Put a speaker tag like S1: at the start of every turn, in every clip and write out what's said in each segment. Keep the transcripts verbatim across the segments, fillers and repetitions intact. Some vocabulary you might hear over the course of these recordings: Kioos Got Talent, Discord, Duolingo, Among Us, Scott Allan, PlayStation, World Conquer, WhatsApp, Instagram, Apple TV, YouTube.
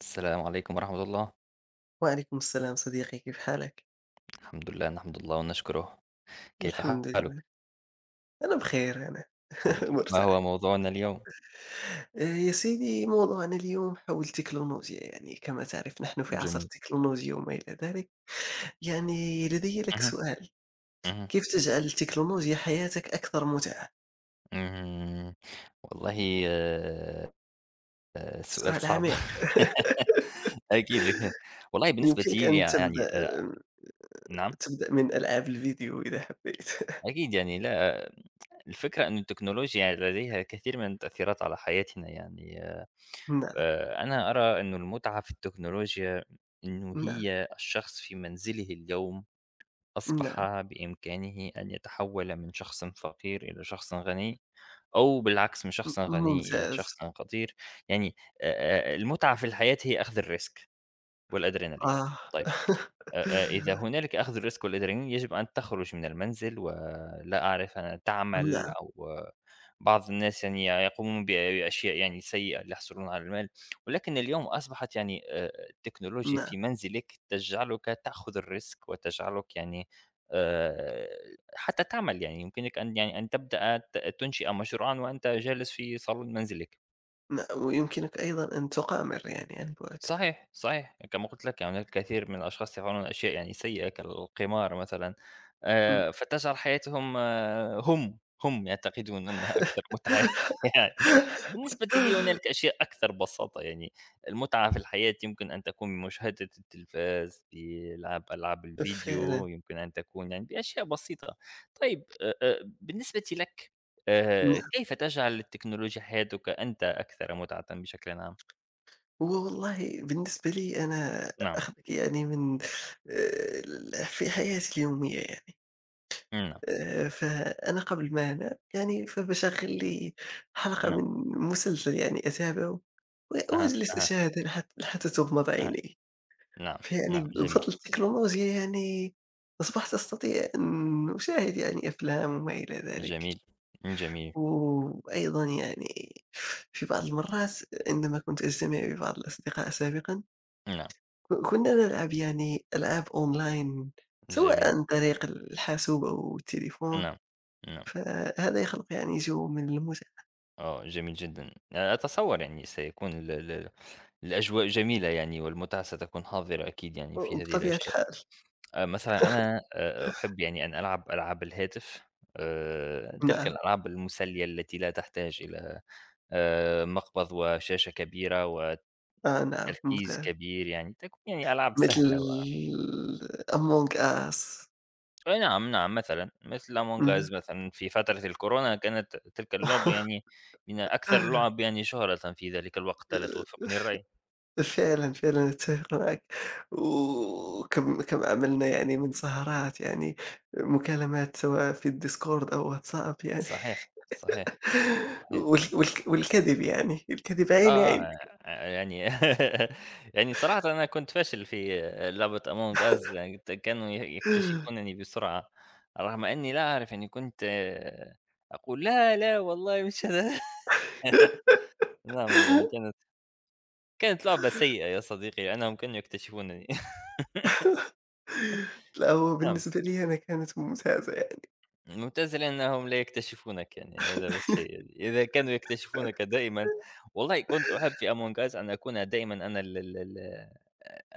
S1: السلام عليكم ورحمة الله.
S2: وعليكم السلام صديقي، كيف حالك؟
S1: الحمد لله نحمد الله ونشكره. كيف
S2: الحمد
S1: حالك؟
S2: لله، أنا بخير. أنا
S1: الحمد لله. ما
S2: مرتاح.
S1: هو موضوعنا اليوم؟
S2: آه، يا سيدي موضوعنا اليوم حول التكنولوجيا، يعني كما تعرف نحن في عصر
S1: جميل.
S2: التكنولوجيا وما إلى ذلك. يعني لدي لك
S1: اهم،
S2: سؤال،
S1: اهم،
S2: كيف تجعل التكنولوجيا حياتك أكثر متعة؟
S1: اهم. والله آآ سؤال
S2: سؤال
S1: صعب.
S2: عميق.
S1: أكيد، أكيد. والله بالنسبة
S2: يمكنك
S1: لي
S2: أن
S1: يعني
S2: تبدأ،
S1: آآ نعم؟
S2: تبدأ من ألعاب الفيديو إذا حبيت.
S1: أكيد يعني لا. الفكرة إنه التكنولوجيا لديها كثير من التأثيرات على حياتنا يعني
S2: نعم.
S1: آآ أنا أرى إنه المتعة في التكنولوجيا، إنه
S2: نعم.
S1: هي الشخص في منزله اليوم
S2: نعم.
S1: أصبح بإمكانه أن يتحول من شخص فقير إلى شخص غني أو بالعكس من شخص غني إلى
S2: ممتاز.
S1: شخص قدير يعني. آآ، المتعة في الحياة هي أخذ الRisk والأدرينالين.
S2: آه.
S1: طيب، آآ آآ إذا هنالك أخذ الريسك والأدرينالين، يجب أن تخرج من المنزل ولا أعرف أن تعمل
S2: نعم.
S1: أو آه، بعض الناس يعني يقومون ب بأشياء يعني سيئة ليحصلون على المال، ولكن اليوم أصبحت يعني آآ التكنولوجيا
S2: نعم.
S1: في منزلك تجعلك تأخذ الريسك وتجعلك يعني آآ حتى تعمل يعني يمكنك أن يعني أن تبدأ ت تنشئ مشروعًا وأنت جالس في صالون منزلك.
S2: ن ويمكنك أيضًا أن تقامر يعني عن بُعد.
S1: صحيح، صحيح، كما قُلت لك يعني هناك الكثير من الأشخاص يفعلون أشياء يعني سيئة كالقمار مثلًا.
S2: إمم.
S1: آآ، فتجعل حياتهم آه، هم، هم يعتقدون أنها أكثر متعة يعني. بالنسبة لي هنالك أشياء أكثر بساطة يعني، المتعة في الحياة يمكن أن تكون بمشاهدة التلفاز، بلعب ألعاب
S2: فعلًا.
S1: الفيديو، يمكن أن تكون يعني بأشياء بسيطة. طيب، أ أ بالنسبة لك، آآ،
S2: نعم.
S1: كيف تجعل التكنولوجيا حياتك أنت أكثر متعةً بشكل عام؟
S2: هو والله بالنسبة لي أنا
S1: نعم،
S2: آخذك يعني من آآ ال في حياتي اليومية يعني.
S1: نعم،
S2: آآ فأنا قبل ما أنام يعني فباشغّل لي حلقة
S1: نعم.
S2: من مسلسل يعني أتابعه، و
S1: أها،
S2: وأجلس
S1: أها،
S2: أشاهد حت حتى تغمض
S1: أها.
S2: عيني.
S1: نعم،
S2: فيعني
S1: نعم، جميل،
S2: بفضل التكنولوجيا يعني أصبحت أستطيع أن أشاهد يعني أفلام وما إلى ذلك.
S1: جميل، جميل،
S2: وأيضًا يعني في بعض المرات عندما كنت أجتمع ببعض الأصدقاء سابقًا،
S1: نعم،
S2: ك كنا نلعب يعني ألعاب أونلاين سواء
S1: جميل،
S2: عن طريق الحاسوب أو التليفون،
S1: نعم، نعم،
S2: فهذا يخلق يعني جو من المتعة،
S1: آه، جميل جدًا. أتصور يعني سيكون ال ال الأجواء جميلة يعني والمتعة ستكون حاضرة أكيد يعني في هذه
S2: وبطبيعة
S1: الأشياء.
S2: الحال.
S1: آآ، مثلًا أنا آآ، أحب يعني أن ألعب ألعاب الهاتف، آآ، تلك
S2: نعم،
S1: الألعاب المسلية التي لا تحتاج إلى آآ، مقبض وشاشة كبيرة
S2: آه نعم
S1: وتركيز
S2: ممتاز،
S1: كبير يعني، تكون يعني ألعاب
S2: مثل
S1: سهلة و
S2: Among Us.
S1: أي نعم، نعم، مثلًا مثل Among Us مثلًا في فترة الكورونا كانت تلك اللعبة يعني من أكثر اللعب يعني شهرةً في ذلك الوقت، ألا توافقني الرأي؟
S2: فعلًا، فعلًا أتفق معك، وكم كم عملنا يعني من سهرات، يعني مكالمات سواء في الDiscord أو WhatsApp يعني.
S1: صحيح، صحيح، صحيح،
S2: وال والك والكذب يعني، الكذب عيني عيني.
S1: آه، آه، يعني يعني صراحةً أنا كنت فاشل في لعبة Among Us يعني ت كانوا ي يكتشفونني بسرعة، رغم أني لا أعرف يعني كنت، آه، أقول لا، لا والله مش أنا. نعم يعني كانت كانت لعبة سيئة يا صديقي لأنهم كانوا يكتشفونني.
S2: لأ، هو
S1: نعم.
S2: بالنسبة لي أنا كانت ممتازة يعني.
S1: ممتاز لأنهم لا يكتشفونك يعني هذا هو الشيء يعني. إذا كانوا يكتشفونك دائما، والله كنت أحب في أمونج أس أن أكون دائما أنا ال ال ال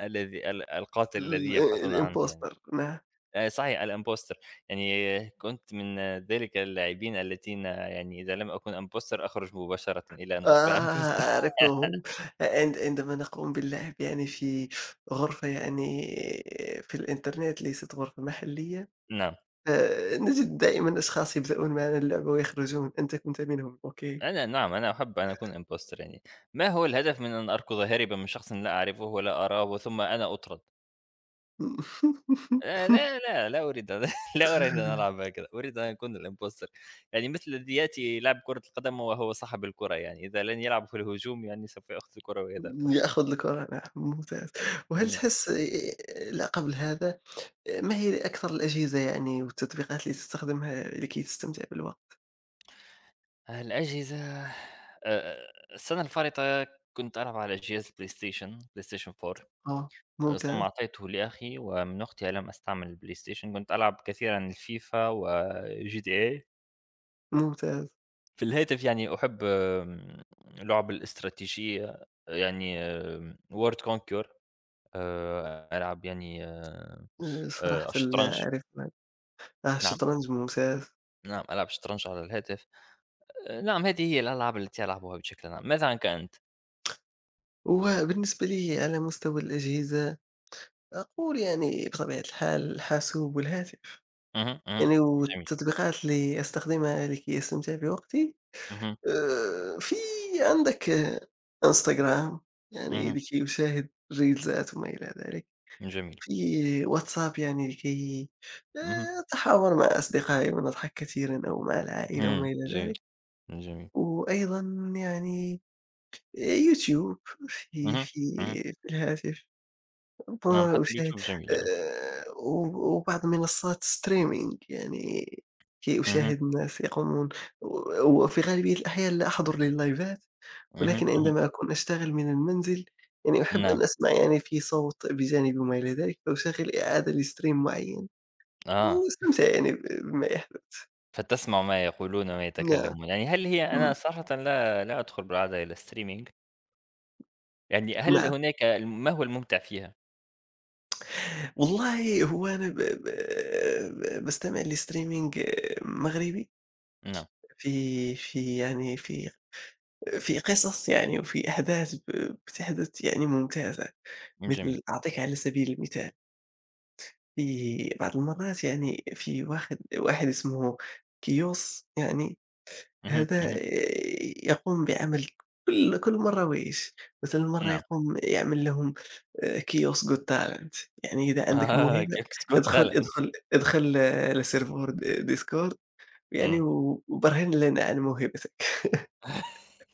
S1: الذي ال- القاتل الذي
S2: ال
S1: يبحثون عنه يعني.
S2: الimposter، نعم.
S1: آه، صحيح، الامبوستر. يعني كنت من ذلك اللاعبين الذين يعني إذا لم أكن امبوستر أخرج مباشرة إلى أن
S2: آه،
S1: أصبح امبوستر.
S2: أعرفه. عند عندما نقوم باللعب يعني في غرفة يعني في الإنترنت ليست غرفة محلية،
S1: نعم،
S2: آآ نجد دائمًا أشخاص يبدؤون معنا اللعبة ويخرجون، أنت كنت منهم، أوكي.
S1: أنا نعم أنا أحب أن أكون امبوستر يعني ما هو الهدف من أن أركض هاربا من شخص لا أعرفه ولا أراه ثم أنا أطرد. آآ لا، لا، لا أريد أن لا أريد أن ألعب هكذا، أريد أن أكون الimposter يعني مثل دياتي لاعب كرة القدم وهو صاحب الكرة يعني، إذا لن يلعب في الهجوم يعني سوف يأخذ الكرة ويذهب.
S2: يأخذ الكرة، نعم، ممتاز. وهل
S1: إمم.
S2: تحس آآ لا قبل هذا، آه، ما هي أكثر الأجهزة يعني والتطبيقات اللي تستخدمها لكي تستمتع بالوقت؟
S1: الأجهزة، آآ السنة الفارطة كنت ألعب على جهاز PlayStation، PlayStation أربعة،
S2: آه،
S1: ثم
S2: ممتاز،
S1: أعطيته لأخي ومن أختي لم أستعمل الPlayStation، كنت ألعب كثيرًا الFIFA وGTA.
S2: ممتاز.
S1: في الهاتف يعني أحب، آمم، لعب الاستراتيجية يعني آمم World Conquer. آآ ألعب يعني آآ
S2: آآ
S1: آآ
S2: صراحةً
S1: الشطرنج،
S2: لا أعرف ما. آه،
S1: نعم،
S2: الشطرنج ممتاز.
S1: نعم ألعب الشطرنج على الهاتف. آآ نعم، هذه هي الألعاب التي ألعبها بشكل عام. ماذا عنك أنت؟
S2: وبالنسبة لي على مستوى الأجهزة، أقول يعني بطبيعة الحال الحاسوب والهاتف.
S1: اهم، اهم،
S2: يعني
S1: جميل.
S2: والتطبيقات اللي أستخدمها لكي أستمتع بوقتي،
S1: اهم،
S2: آآ، في عندك إنستجرام يعني
S1: اهم،
S2: لكي أشاهد الريلزات وما إلى ذلك،
S1: جميل.
S2: في واتساب يعني لكي
S1: اهم،
S2: آآ، أتحاور مع أصدقائي ونضحك كثيرًا أو مع العائلة وما
S1: اهم،
S2: إلى
S1: جميل،
S2: ذلك،
S1: جميل.
S2: وأيضًا يعني يوتيوب في
S1: اهم،
S2: في
S1: اهم،
S2: في الهاتف.
S1: نعم
S2: آه،
S1: حتى
S2: أشاهد
S1: اليوتيوب جميل، آه.
S2: آآ وب وبعض منصات streaming يعني كي
S1: اهم،
S2: أشاهد الناس يقومون، و وفي غالبية الأحيان لا أحضر لللايفات،
S1: اهم،
S2: ولكن
S1: اهم،
S2: عندما أكون أشتغل من المنزل، يعني أحب أن
S1: نعم.
S2: أسمع يعني في صوت بجانب وما إلى ذلك، فأشغل إعادة لstream معيّن
S1: آه،
S2: وأستمتع يعني ب بما يحدث.
S1: فتسمع ما يقولون
S2: نعم،
S1: ويتكلمون. يعني هل هي أنا
S2: إمم،
S1: صراحةً لا لا أدخل بالعادة إلى الstreaming. يعني هل
S2: نعم.
S1: هناك، ما هو الممتع فيها؟
S2: والله هو أنا ب ب ب باستمع لstreaming مغربي
S1: نعم،
S2: في في يعني في في قصص يعني وفي أحداث ب بتحدث يعني ممتازة،
S1: جميل.
S2: مثل أعطيك على سبيل المثال في بعض المرات يعني في واحد واحد اسمه كيوس يعني.
S1: اهم،
S2: هذا
S1: اهم،
S2: يقوم بعمل كل كل مرة ويش، مثلًا مرة
S1: نعم.
S2: يقوم يعمل لهم آآ كيوس Got Talent يعني إذا عندك
S1: آه،
S2: موهبة
S1: ك Scott
S2: ادخل
S1: Allan.
S2: ادخل ادخل، آه، لسيرفر د Discord يعني
S1: إمم.
S2: وبرهن لنا عن موهبتك.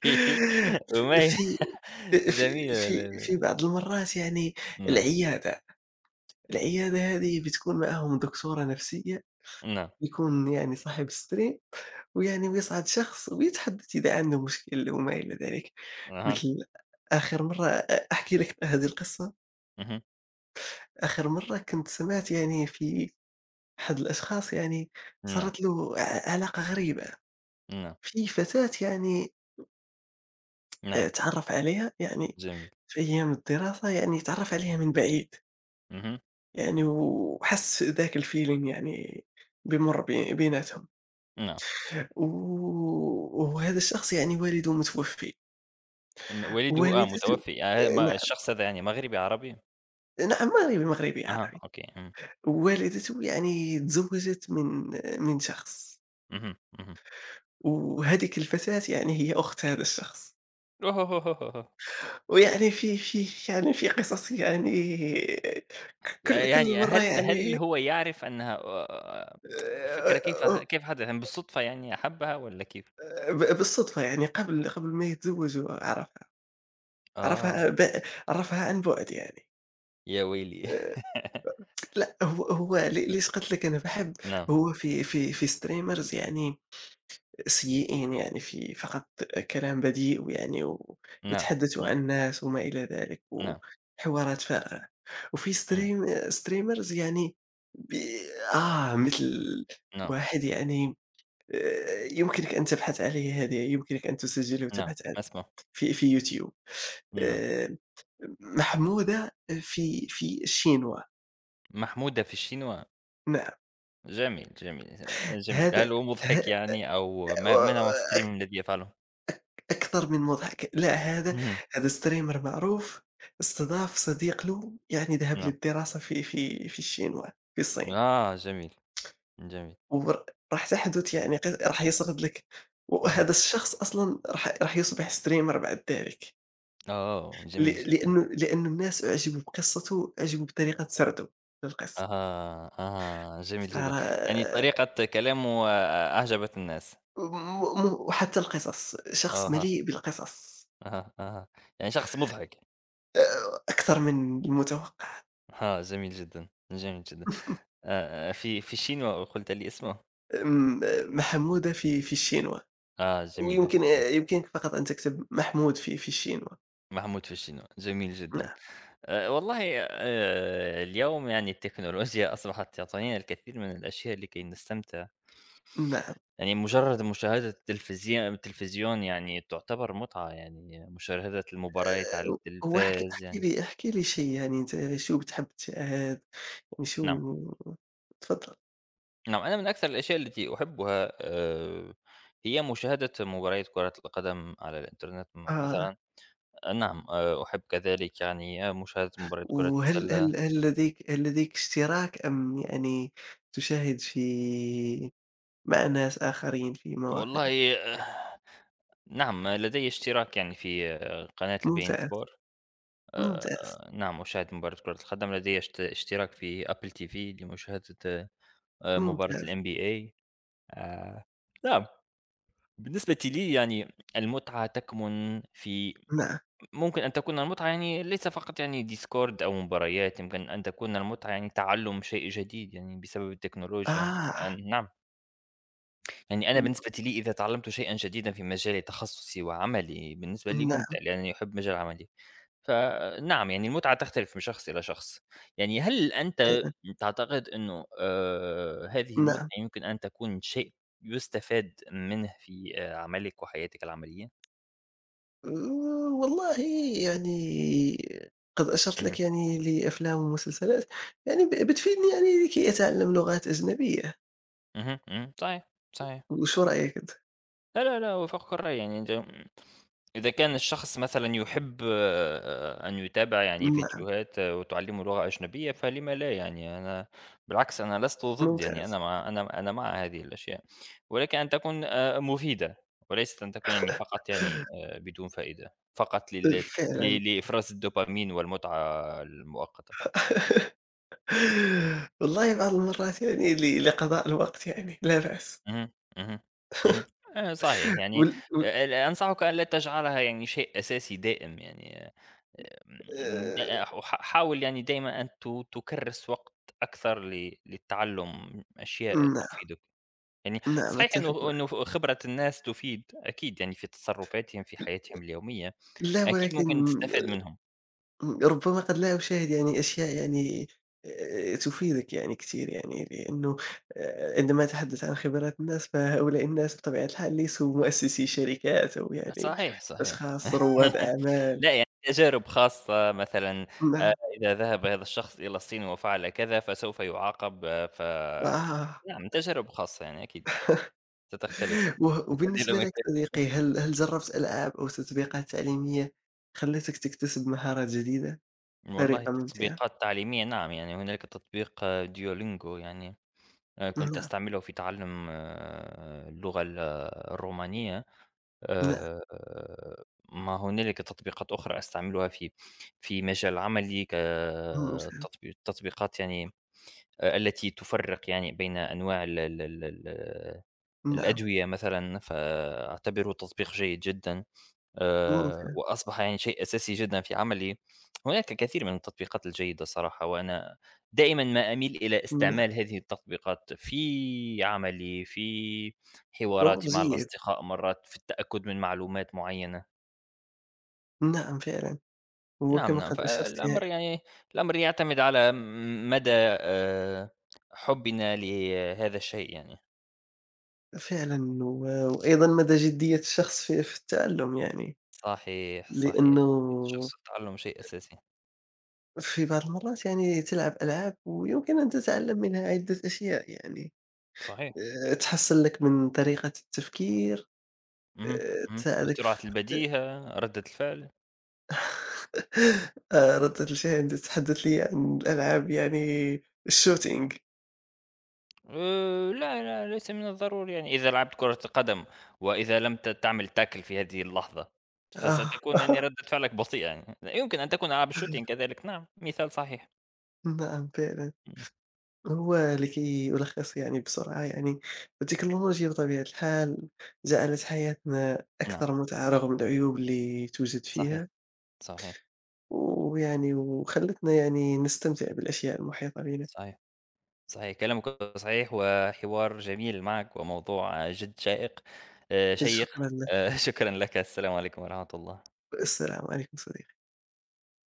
S2: ف
S1: أغنية
S2: في في
S1: جميلة
S2: في
S1: ل
S2: في بعض المرات يعني
S1: نعم،
S2: العيادة، العيادة هذه بتكون معاهم دكتورة نفسية،
S1: نعم،
S2: يكون يعني صاحب الstream، ويعني ويصعد شخص ويتحدث إذا عنده مشكل وما إلى ذلك، مثل
S1: أها،
S2: آخر مرة أ أحكي لك هذه القصة،
S1: اهم،
S2: آخر مرة كنت سمعت يعني في أحد الأشخاص يعني
S1: نعم،
S2: صارت له ع علاقة غريبة،
S1: نعم،
S2: في فتاة يعني آآ
S1: نعم،
S2: اتعرّف عليها يعني
S1: جميل،
S2: في أيام الدراسة، يعني اتعرّف عليها من بعيد،
S1: اهم،
S2: يعني وحَس ذاك الfeeling يعني بيمُر بي بيناتهم،
S1: نعم.
S2: و وهذا الشخص يعني والده متوفّي،
S1: م والده آه،
S2: والدته.
S1: متوفي،
S2: آآ
S1: آه، ه- ما
S2: نعم،
S1: الشخص هذا يعني، مغربي، عربي؟
S2: نعم مغربي، مغربي
S1: أها،
S2: عربي،
S1: أوكي، إمم،
S2: والدته يعني تزوّجت من من شخص،
S1: اهم، اهم.
S2: وهذيك الفتاة يعني هي أخت هذا الشخص،
S1: أوهوهوهوهوه!
S2: ويعني في في يعني في قصص يعني، آه، ك كل
S1: ي
S2: كل
S1: يعني
S2: مرّة
S1: هل هل
S2: يعني.
S1: هو يعرف أنها، آآ،
S2: آآ
S1: الفكرة كيف ح كيف حدث؟ يعني بالصدفة يعني حبّها والّا كيف؟
S2: ب بالصدفة يعني قبل قبل ما يتزوج هو عرفها، عرفها
S1: آه،
S2: ب عرفها عن بُعد يعني.
S1: يا ويلي!
S2: آآ لأ، هو هو ل ليش قلت لك أنا باحب.
S1: نعم،
S2: هو في في في streamers يعني سيئين يعني، في فقط كلام بذيء ويعني
S1: نعم،
S2: ويتحدثوا
S1: نعم،
S2: عن الناس وما إلى ذلك،
S1: نعم،
S2: وحوارات فارغة. وفي
S1: إمم.
S2: stream streamers يعني، ب آه، مثل
S1: نعم،
S2: واحد يعني آآ يمكنك أن تبحث عليه، هذه يمكنك أن تسجله
S1: نعم،
S2: وتبحث عليه
S1: أسمع،
S2: في في يوتيوب.
S1: نعم،
S2: آآ محمودة في في الشينوا،
S1: محمودة في الشينوا،
S2: نعم.
S1: جميل، جميل، آه، جميل،
S2: هذا
S1: هل هو
S2: ه
S1: مضحك يعني أو ما ما نوع الstream الذي يفعله؟
S2: أكثر من مضحك. لا، هذا
S1: اهم،
S2: هذا streamer معروف استضاف صديق له يعني ذهب
S1: نعم،
S2: للدراسة في في في الشينوا، في الصين،
S1: آه جميل، جميل،
S2: ور راح تحدث يعني ق راح يسرد لك،
S1: اهم،
S2: وهذا الشخص أصلًا راح راح يصبح streamer بعد ذلك،
S1: آه،
S2: ل
S1: جميل جدًا،
S2: لأنه لأنه الناس أُعجبوا بقصته، أُعجبوا بطريقة سرده للقصة.
S1: أها، أها، جميل جدًا،
S2: فرا
S1: يعني طريقة كلامه آه، أعجبت الناس.
S2: م م- وحتى القصص، شخص
S1: أها،
S2: مليء بالقصص،
S1: أها، أها، يعني شخص مضحك،
S2: آآ أكثر من المتوقع.
S1: آه، جميل جدًا، جميل جدًا. آآ، في في الشينوا قلت لي اسمه؟
S2: م محمودة في في الشينوا،
S1: آه، جميلة،
S2: ويمكن آه، يمكنك فقط أن تكتب محمود في في الشينوا،
S1: محمود في الشينوا، جميل جدًا.
S2: نعم.
S1: آآ والله، آآ اليوم يعني التكنولوجيا أصبحت تعطينا الكثير من الأشياء لكي نستمتع،
S2: نعم،
S1: يعني مجرد مشاهدة التلفزي التلفزيون يعني تعتبر متعة، يعني مشاهدة المباريات على
S2: هو احكِ احكِ
S1: التلفاز يعني.
S2: لي احكِ لي شيء يعني، أنت شو بتحب تشاهد
S1: نعم،
S2: وشو تفضل.
S1: نعم أنا من أكثر الأشياء التي أحبها آآ هي مشاهدة مباريات كرة القدم على الإنترنت م
S2: آه،
S1: مثلًا. أه، نعم، آآ أحب كذلك يعني، أه، مشاهدة مباريات كرة
S2: وهل
S1: السلة.
S2: هل هل لديك هل لديك اشتراك؟ أم يعني تشاهد في مع ناس آخرين في مواقع؟
S1: والله آه، نعم لدي اشتراك يعني في آه، قناة الbeIN
S2: ممتاز،
S1: Sport.
S2: ممتاز.
S1: آآ نعم، أشاهد مباراة كرة القدم، لدي اشت اشتراك في Apple تي في لمشاهدة آآ مباراة
S2: ممتاز.
S1: الNBA. آآ نعم، بالنسبة لي يعني المتعة تكمن في،
S2: نعم.
S1: ممكن أن تكون المتعة يعني ليس فقط يعني Discord أو مباريات، يمكن أن تكون المتعة يعني تعلُّم شيء جديد يعني بسبب التكنولوجيا،
S2: آه.
S1: يعني نعم. يعني أنا
S2: ن
S1: بالنسبة لي إذا تعلمت شيئًا جديدًا في مجالي تخصصي وعملي، بالنسبة لي
S2: نعم.
S1: ممتع لأنني أحب مجال عملي. فنعم، يعني المتعة تختلف من شخص إلى شخص. يعني هل أنت تعتقد إنه، آآ هذه المتعة
S2: نعم.
S1: يمكن أن تكون شيء يُستفاد منه في آآ عملك وحياتك العملية؟
S2: آآ، والله يعني قد أشرت
S1: اهم،
S2: لك يعني لأفلام ومسلسلات، يعني ب بتفيدني يعني لكي أتعلم لغات أجنبية.
S1: اهم، اهم، صحيح، صحيح.
S2: وشو رأيك أنت؟
S1: لا، لا، لا، أوافقك الرأي يعني أنت م إذا كان الشخص مثلًا يحب، آه، أن يتابع يعني
S2: نعم.
S1: فيديوهات، آه، وتعلمه لغة أجنبية، فلِمَ لا يعني. أنا بالعكس، أنا لست ضد يعني،
S2: ممتاز.
S1: أنا مع، أنا أنا مع هذه الأشياء، ولكن أن تكون آآ مفيدة، وليست أن تكون يعني فقط يعني آآ بدون فائدة، فقط لل
S2: فعلًا.
S1: ل لإفراز الدوبامين والمتعة المؤقتة.
S2: والله بعض المرات يعني ل لقضاء الوقت يعني لا بأس.
S1: اهم، اهم، اهم، آآ صحيح يعني.
S2: وال وال
S1: آآ ال أنصحك أن لا تجعلها يعني شيء أساسي دائم يعني، آه، آمم، د
S2: آآ،
S1: وح حاول يعني دايمًا أن ت تكرّس وقت أكثر ل للتعلُّم أشياء
S2: نعم.
S1: تفيدك، يعني
S2: نعم
S1: صحيح
S2: أتفق
S1: إنه
S2: معك.
S1: إنه خبرة الناس تفيد أكيد يعني في تصرفاتهم في حياتهم اليومية،
S2: لا
S1: أكيد
S2: ولكن
S1: ممكن تستفاد منهم.
S2: إمم، ربما قد لا أشاهد يعني أشياء يعني آآ، تفيدك يعني كثير يعني، لأنه آآ، عندما أتحدث عن خبرات الناس، فهؤلاء الناس بطبيعة الحال ليسوا مؤسسي شركات أو يعني
S1: صحيح، صحيح.
S2: أشخاص رواد أعمال.
S1: لأ يعني تجارب خاصة مثلًا، آآ،
S2: نعم.
S1: إذا ذهب هذا الشخص إلى الصين وفعل كذا فسوف يُعاقب آه، ف
S2: آه.
S1: نعم، تجارب خاصة يعني أكيد، ستختلف
S2: و
S1: أكيد من مكان إلى
S2: وبالنسبة لك
S1: مكان.
S2: صديقي، هل هل جربت ألعاب أو تطبيقات تعليمية خلتك تكتسب مهارات جديدة
S1: والله
S2: بطريقة ممتعة؟
S1: التطبيقات التعليمية نعم يعني هنالك تطبيق، آه، ديولينجو يعني، آه، كنت
S2: نعم.
S1: أستعمله في تعلم آه، اللغة ال- آه، الرومانية.
S2: نعم.
S1: آه، ما هنالك تطبيقات أخرى أستعملها في في مجال عملي،
S2: ممتاز.
S1: كتطبيقات يعني آه، التي تفرق يعني بين أنواع ال- ال- ال- ال-
S2: نعم.
S1: الأدوية مثلا فأعتبره تطبيق جيد جدا. آآ
S2: ممتاز.
S1: وأصبح يعني شيء أساسي جدًا في عملي. هناك الكثير من التطبيقات الجيدة صراحة، وأنا دائمًا ما أميل إلى
S2: نعم.
S1: استعمال هذه التطبيقات في عملي، في
S2: أمر
S1: حواراتي مع
S2: جيد.
S1: الأصدقاء مرات، في التأكد من معلومات معينة.
S2: نعم فعلًا.
S1: نعم،
S2: وكما
S1: نعم،
S2: قد أشرت
S1: فالأمر يعني الأمر يعتمد على م مدى آآ حُبنا لهذا الشيء يعني.
S2: فعلًا، و وأيضًا مدى جدية الشخص في في التعلم يعني،
S1: صحيح، صحيح.
S2: لأنه
S1: شخص التعلم شيء أساسي.
S2: في بعض المرات يعني تلعب ألعاب ويمكن أن تتعلم منها عدة أشياء يعني،
S1: صحيح.
S2: آآ تحسّن لك من طريقة التفكير،
S1: اهم،
S2: آآ
S1: اهم.
S2: تساعدك
S1: سرعة
S2: في.
S1: البديهة، ردة الفعل.
S2: آآ ردّة الفعل، أنت تتحدث لي عن الألعاب يعني الshooting.
S1: آآ لا، لا، ليس من الضروري يعني إذا لعبت كرة القدم وإذا لم ت تعمل tackle في هذه اللحظة،
S2: آه.
S1: فستكون يعني ردة فعلك بطيئة يعني. لا يمكن أن تكون ألعاب الshooting كذلك، نعم، مثال صحيح.
S2: نعم فعلًا.
S1: إمم،
S2: هو لكي يلخص يعني بسرعة يعني، التكنولوجيا بطبيعة الحال جعلت حياتنا
S1: نعم،
S2: أكثر متعة رغم العيوب اللي توجد
S1: صحيح،
S2: فيها،
S1: صحيح،
S2: ويعني وخلتنا يعني نستمتع بالأشياء المحيطة بنا.
S1: صحيح، صحيح، كلامك صحيح وحوار جميل معك وموضوع جد شائق، آآ شيق.
S2: شكرا لك.
S1: آآ شكرًا لك، السلام عليكم ورحمة الله.
S2: والسلام عليكم صديقي.